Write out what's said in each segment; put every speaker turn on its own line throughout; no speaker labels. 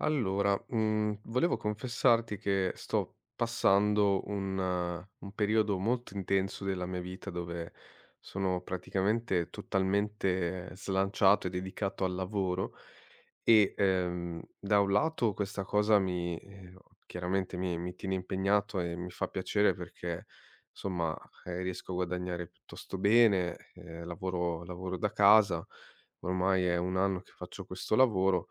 Volevo confessarti che sto passando un periodo molto intenso della mia vita dove sono praticamente totalmente slanciato e dedicato al lavoro da un lato questa cosa mi chiaramente mi tiene impegnato e mi fa piacere perché, insomma, riesco a guadagnare piuttosto bene, lavoro da casa, ormai è 1 anno che faccio questo lavoro.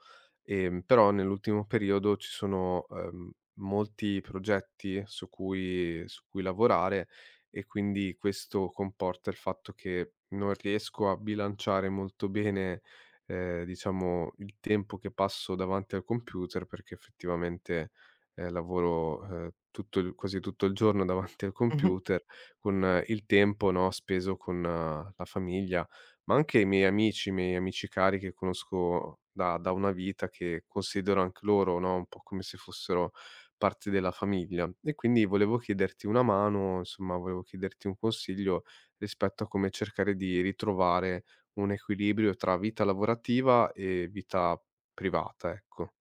Però nell'ultimo periodo ci sono, molti progetti su cui lavorare, e quindi questo comporta il fatto che non riesco a bilanciare molto bene, diciamo, il tempo che passo davanti al computer, perché effettivamente, lavoro, tutto il quasi tutto il giorno davanti al
Mh-mh.
computer con il tempo, no, speso con la famiglia, ma anche i miei amici cari che conosco da una vita, che considero anche loro, no, un po' come se fossero parte della famiglia. E quindi volevo chiederti una mano, insomma, volevo chiederti un consiglio rispetto a come cercare di ritrovare un equilibrio tra vita lavorativa e vita privata, ecco.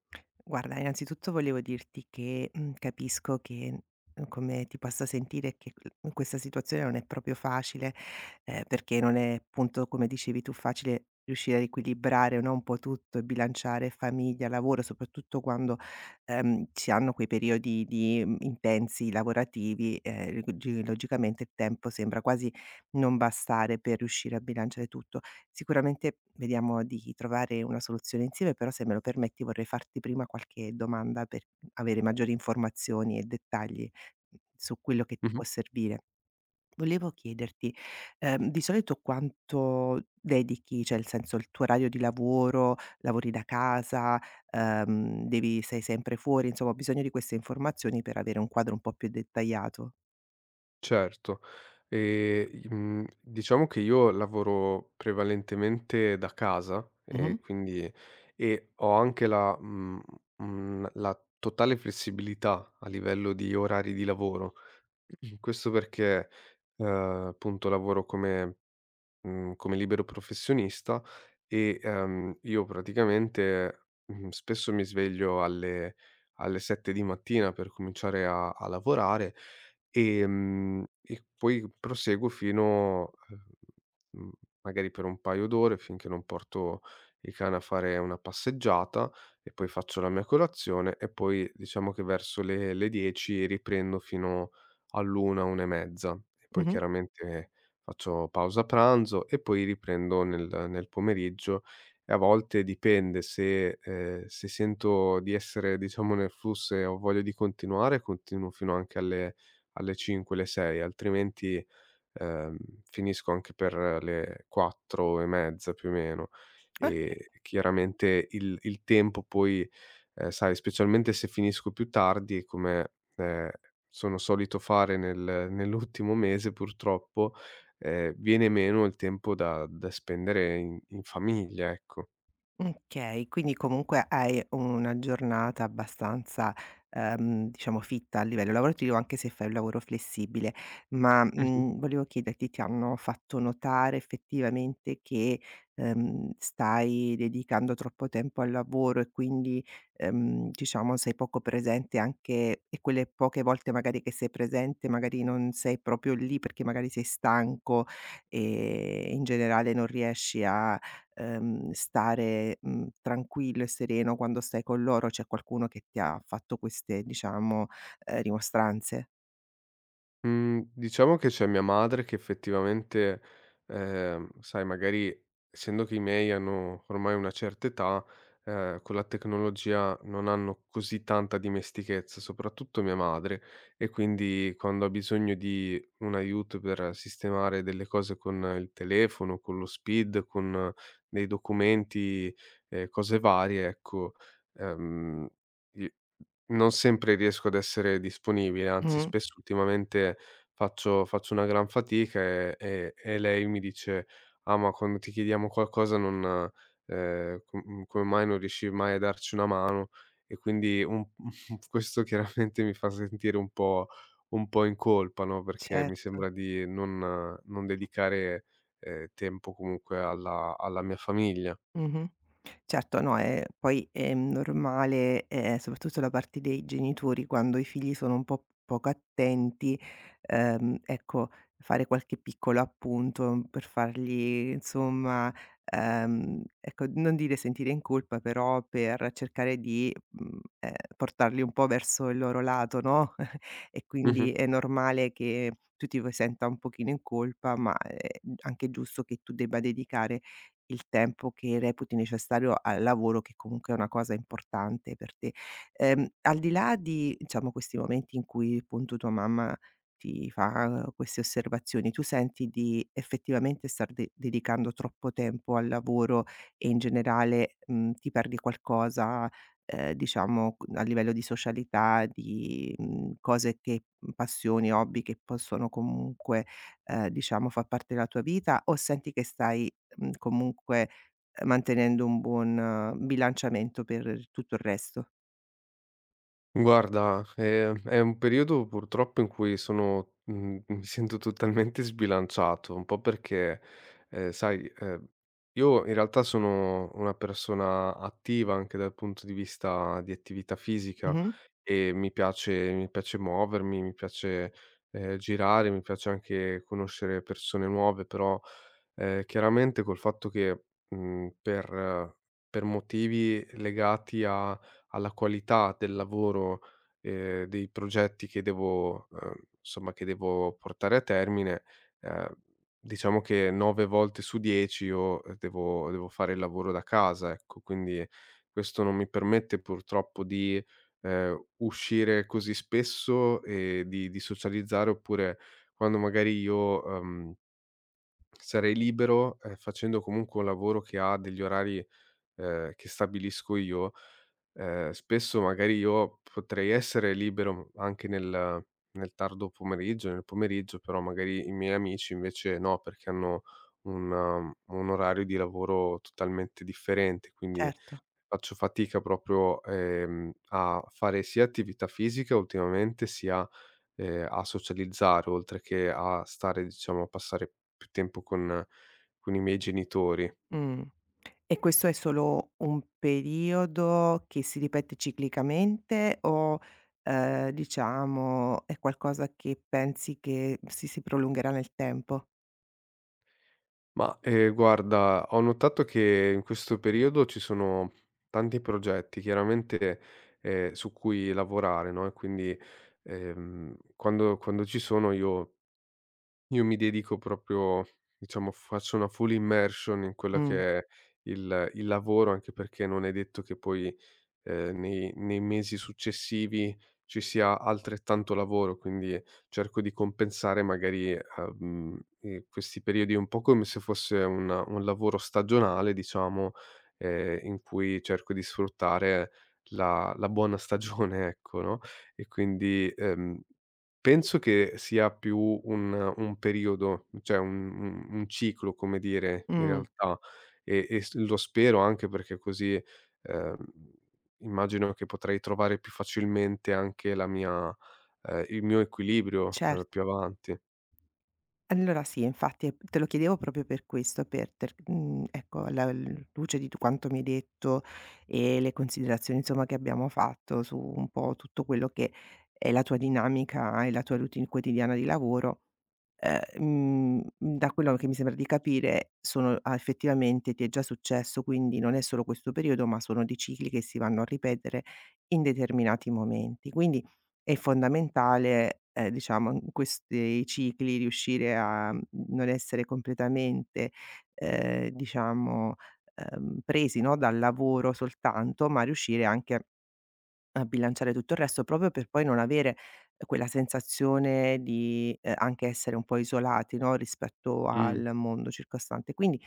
Guarda, innanzitutto volevo dirti che, capisco che, come ti possa sentire che q questa situazione non è proprio facile, perché non è appunto, come dicevi tu, facile riuscire ad equilibrare, no, un po' tutto e bilanciare famiglia, lavoro, soprattutto quando, si hanno quei periodi di, intensi lavorativi, g gi logicamente il tempo sembra quasi non bastare per riuscire a bilanciare tutto. Sicuramente vediamo di trovare una soluzione insieme, però se me lo permetti vorrei farti prima qualche domanda per avere maggiori informazioni e dettagli su quello che ti può servire. Volevo chiederti, di solito quanto dedichi, cioè nel senso il tuo orario di lavoro, lavori da casa, devi, sei sempre fuori, insomma ho bisogno di queste informazioni per avere un quadro un po' più dettagliato.
Certo. Diciamo che io lavoro prevalentemente da casa,
Mhm,
e quindi e ho anche la la totale flessibilità a livello di orari di lavoro. Questo perché, ehm, appunto lavoro come come libero professionista e io praticamente, spesso mi sveglio alle 7 di mattina per cominciare a lavorare. E poi proseguo fino mhmm, magari per un paio d'ore, finché non porto il cane a fare una passeggiata, e poi faccio la mia colazione, e poi diciamo che verso le 10 riprendo fino all'1, 1 e mezza, e poi
mhm.
chiaramente faccio pausa pranzo e poi riprendo nel pomeriggio. E a volte dipende se se sento di essere, diciamo, nel flusso e ho voglia di continuare, continuo fino anche alle 5, le 6, altrimenti, ehm, finisco anche per le 4 e mezza più o meno.
Ok.
E chiaramente il tempo poi, sai, specialmente se finisco più tardi, come, sono solito fare nell'ultimo mese purtroppo, viene meno il tempo da spendere in famiglia, ecco.
Okay, quindi comunque hai una giornata abbastanza, diciamo fitta a livello lavorativo, anche se fai un lavoro flessibile. Ma,
Mh-mh.
volevo chiederti, ti hanno fatto notare effettivamente che, stai dedicando troppo tempo al lavoro e quindi, diciamo sei poco presente anche e quelle poche volte magari che sei presente, magari non sei proprio lì perché magari sei stanco e in generale non riesci a stare, tranquillo e sereno quando stai con loro? C'è qualcuno che ti ha fatto queste, diciamo, rimostranze?
Mhmm, diciamo che c'è mia madre che effettivamente, sai, magari essendo che i miei hanno ormai una certa età, con la tecnologia non hanno così tanta dimestichezza, soprattutto mia madre, e quindi quando ha bisogno di un aiuto per sistemare delle cose con il telefono, con lo SPID, con dei documenti e cose varie, ecco, ehm, i non sempre riesco ad essere disponibile, anzi
Mh.
spesso ultimamente faccio una gran fatica, e lei mi dice: "Ah, ma quando ti chiediamo qualcosa non come mai non riesci mai a darci una mano?" E quindi un questo chiaramente mi fa sentire un po' in colpa, no, perché mi
Certo.
sembra di non dedicare, tempo comunque alla mia famiglia.
Mh-mh. Certo, no, poi è normale, soprattutto da parte dei genitori quando i figli sono un po' poco attenti, ecco, fare qualche piccolo appunto per fargli insomma, ecco, non dire sentire in colpa, però per cercare di, portarli un po' verso il loro lato, no, e quindi
Mh-mh.
è normale che tu ti v senta un pochino in colpa, ma è anche giusto che tu debba dedicare il tempo che reputi necessario al lavoro, che comunque è una cosa importante per te. Al di là di, diciamo, questi momenti in cui appunto tua mamma ti fa queste osservazioni, tu senti di effettivamente star de dedicando troppo tempo al lavoro e in generale, ti perdi qualcosa, diciamo a livello di socialità, di, cose che passioni, hobby che possono comunque, diciamo far parte della tua vita o senti che stai mhmm, comunque, mantenendo un buon bilanciamento per tutto il resto.
Guarda, è un periodo purtroppo in cui sono mi sento totalmente sbilanciato, un po' perché, ehm, sai, ehm, io in realtà sono una persona attiva anche dal punto di vista di attività fisica,
Mh-mh.
e mi piace muovermi, mi piace, girare, mi piace anche conoscere persone nuove, però chiaramente col fatto che, per motivi legati a alla qualità del lavoro, dei progetti che devo insomma che devo portare a termine, ehm, diciamo che 9 volte su 10 io devo fare il lavoro da casa, ecco. Quindi questo non mi permette purtroppo di, uscire così spesso e di socializzare, oppure quando magari sarei libero, facendo comunque un lavoro che ha degli orari, che stabilisco io. Spesso magari io potrei essere libero anche nel tardo pomeriggio, nel pomeriggio, però magari i miei amici invece no, perché hanno un orario di lavoro totalmente differente, quindi
Certo.
faccio fatica proprio, a fare sia attività fisica ultimamente, sia a socializzare, oltre che a stare, diciamo, a passare più tempo con i miei genitori.
Mh. E questo è solo un periodo che si ripete ciclicamente o, diciamo è qualcosa che pensi che si prolungherà nel tempo?
Ma, guarda, ho notato che in questo periodo ci sono tanti progetti chiaramente, su cui lavorare, no, e quindi, quando ci sono io mi dedico proprio, diciamo, faccio una full immersion in quello
Mh,
che è il lavoro, anche perché non è detto che poi nei mesi successivi ci sia altrettanto lavoro, quindi cerco di compensare magari, questi periodi un po' come se fosse un lavoro stagionale, diciamo, in cui cerco di sfruttare la buona stagione ecco, no, e quindi, penso che sia più un periodo, cioè un ciclo, come dire, in
mh,
realtà, e s lo spero anche perché così, ehm immagino che potrei trovare più facilmente anche la mia il mio equilibrio,
cer
più avanti.
Allora sì, infatti, e te lo chiedevo proprio per questo, per ecco, alla l luce di tu quanto mi hai detto e le considerazioni, insomma, che abbiamo fatto su un po' tutto quello che è la tua dinamica e la tua routine quotidiana di lavoro. Ehm, Da quello che mi sembra di capire effettivamente ti è già successo, quindi non è solo questo periodo, ma sono dei cicli che si vanno a ripetere in determinati momenti. Quindi è fondamentale, diciamo in questi cicli riuscire a non essere completamente, diciamo, presi, no, dal lavoro soltanto, ma riuscire anche a bilanciare tutto il resto, proprio per poi non avere quella sensazione di, anche essere un po' isolati, no, rispetto
Mh.
al mondo circostante. Quindi,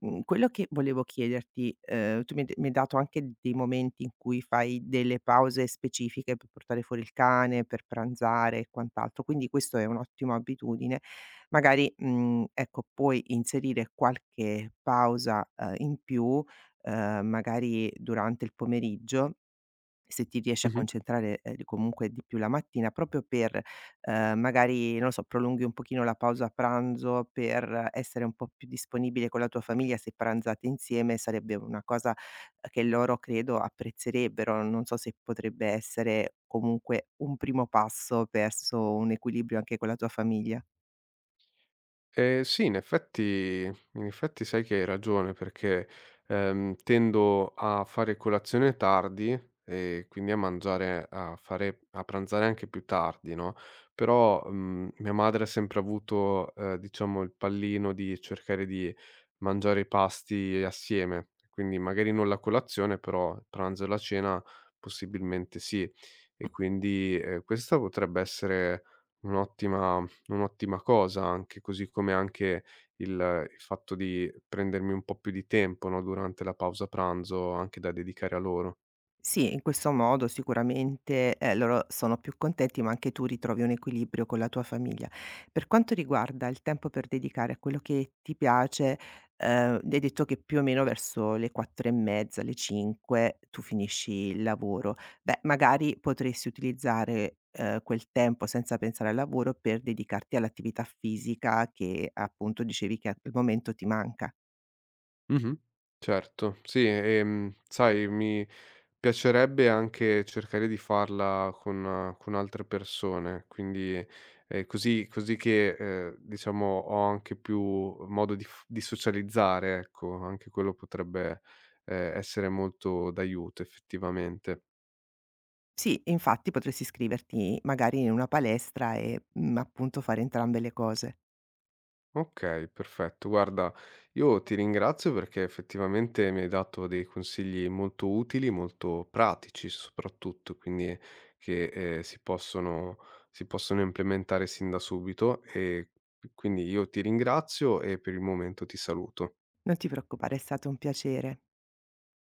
quello che volevo chiederti, tu mi hai dato anche dei momenti in cui fai delle pause specifiche per portare fuori il cane, per pranzare e quant'altro, quindi questo è un'ottima abitudine. Magari, ecco, puoi inserire qualche pausa, in più, magari durante il pomeriggio se ti riesci a
Mh-mh.
concentrare, comunque di più la mattina proprio per, magari, non lo so, prolunghi un pochino la pausa pranzo per essere un po' più disponibile con la tua famiglia, se pranzate insieme sarebbe una cosa che loro credo apprezzerebbero. Non so se potrebbe essere comunque un primo passo verso un equilibrio anche con la tua famiglia.
Sì, in effetti sai che hai ragione perché, tendo a fare colazione tardi, e quindi a mangiare a fare a pranzare anche più tardi, no, però, mia madre ha sempre avuto, diciamo, il pallino di cercare di mangiare i pasti assieme, quindi magari non la colazione, però il pranzo e la cena possibilmente sì. E quindi, questa potrebbe essere un'ottima un'ottima cosa, anche così come anche il fatto di prendermi un po' più di tempo, no, durante la pausa pranzo, anche da dedicare a loro.
Sì, in questo modo sicuramente, loro sono più contenti, ma anche tu ritrovi un equilibrio con la tua famiglia. Per quanto riguarda il tempo per dedicare a quello che ti piace, hai detto che più o meno verso le 4 e mezza, le 5 tu finisci il lavoro. Beh, magari potresti utilizzare, quel tempo senza pensare al lavoro per dedicarti all'attività fisica che appunto dicevi che al momento ti manca.
Mh-mh. Certo, sì, sai, mi piacerebbe anche cercare di farla con con altre persone, quindi, così che, diciamo, ho anche più modo di socializzare, ecco, anche quello potrebbe, essere molto d'aiuto effettivamente.
Sì, e infatti potresti iscriverti magari in una palestra e, appunto fare entrambe le cose.
Okay, perfetto. Guarda, io ti ringrazio perché effettivamente mi hai dato dei consigli molto utili, molto pratici soprattutto, quindi che, si possono implementare sin da subito, e quindi io ti ringrazio e per il momento ti saluto.
Non ti preoccupare, è stato un piacere.